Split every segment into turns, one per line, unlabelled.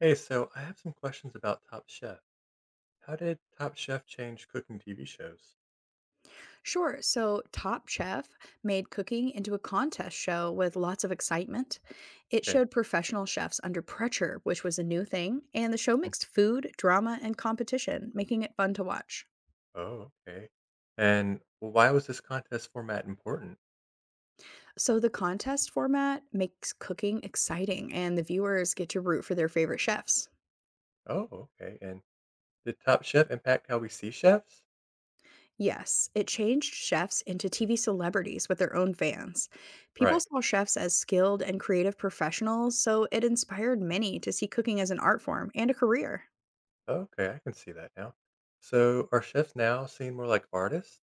Hey, so I have some questions about Top Chef. How did Top Chef change cooking TV shows?
Sure. So Top Chef made cooking into a contest show with lots of excitement. It
Okay.
showed professional chefs under pressure, which was a new thing, and the show
Mm.
mixed food, drama, and competition, making it fun to watch.
Oh, okay. And why was this contest format important?
So the contest format makes cooking exciting, and the viewers get to root for their favorite chefs.
Oh, okay. And did Top Chef impact how we see chefs?
Yes, it changed chefs into TV celebrities with their own fans. People
Right.
saw chefs as skilled and creative professionals, so it inspired many to see cooking as an art form and a career.
Okay, I can see that now. So are chefs now seen more like artists?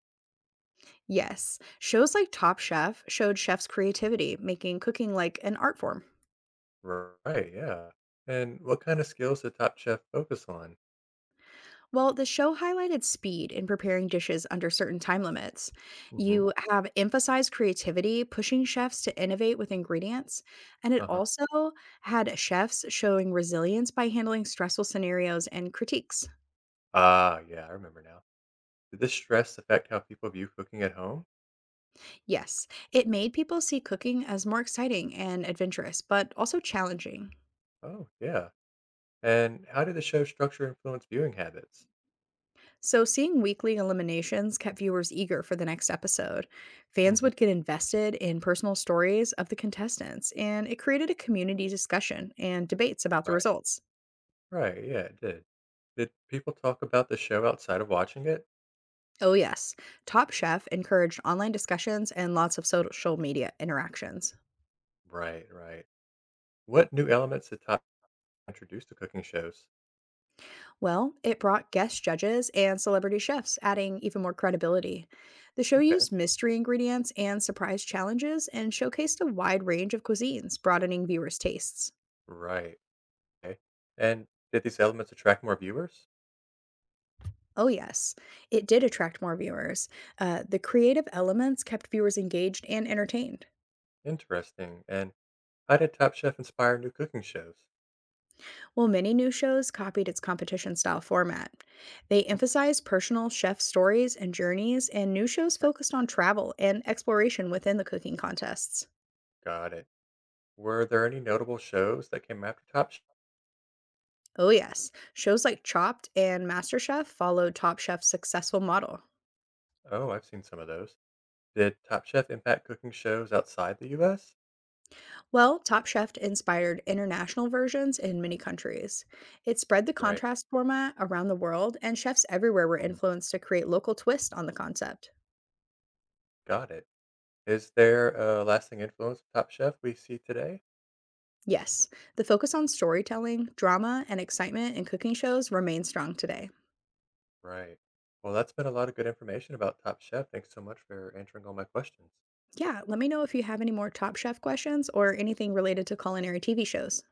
Yes. Shows like Top Chef showed chefs' creativity, making cooking like an art form.
Right, yeah. And what kind of skills did Top Chef focus on?
Well, the show highlighted speed in preparing dishes under certain time limits.
Mm-hmm.
You have emphasized creativity, pushing chefs to innovate with ingredients. And it
Uh-huh.
also had chefs showing resilience by handling stressful scenarios and critiques.
Ah, yeah, I remember now. Did this stress affect how people view cooking at home?
Yes, it made people see cooking as more exciting and adventurous, but also challenging.
Oh, yeah. And how did the show structure influence viewing habits?
So, seeing weekly eliminations kept viewers eager for the next episode. Fans
Mhm.
would get invested in personal stories of the contestants, and it created a community discussion and debates about the
Right.
results.
Right, yeah, it did. Did people talk about the show outside of watching it?
Oh, yes, Top Chef encouraged online discussions and lots of social media interactions.
Right, right. What new elements did Top introduce to cooking shows?
Well, it brought guest judges and celebrity chefs, adding even more credibility. The show
Okay.
used mystery ingredients and surprise challenges and showcased a wide range of cuisines, broadening viewers' tastes.
Right. Okay. And did these elements attract more viewers?
Oh, yes. It did attract more viewers. The creative elements kept viewers engaged and entertained,
Interesting. And how did Top Chef inspire new cooking shows?
while many new shows copied its competition style format. They emphasized personal chef stories and journeys, and new shows focused on travel and exploration within the cooking contests.
Got it. Were there any notable shows that came after Top Chef?
Oh, yes. Shows like Chopped and MasterChef followed Top Chef's successful model.
Oh, I've seen some of those. Did Top Chef impact cooking shows outside the US?
Well, Top Chef inspired international versions in many countries. It spread the
Right.
contrast format around the world, and chefs everywhere were
Mhm.
influenced to create local twists on the concept.
Got it. Is there a lasting influence of Top Chef we see today?
Yes, the focus on storytelling, drama, and excitement in cooking shows remains strong today.
Right. Well, that's been a lot of good information about Top Chef. Thanks so much for answering all my questions.
Yeah, let me know if you have any more Top Chef questions or anything related to culinary TV shows.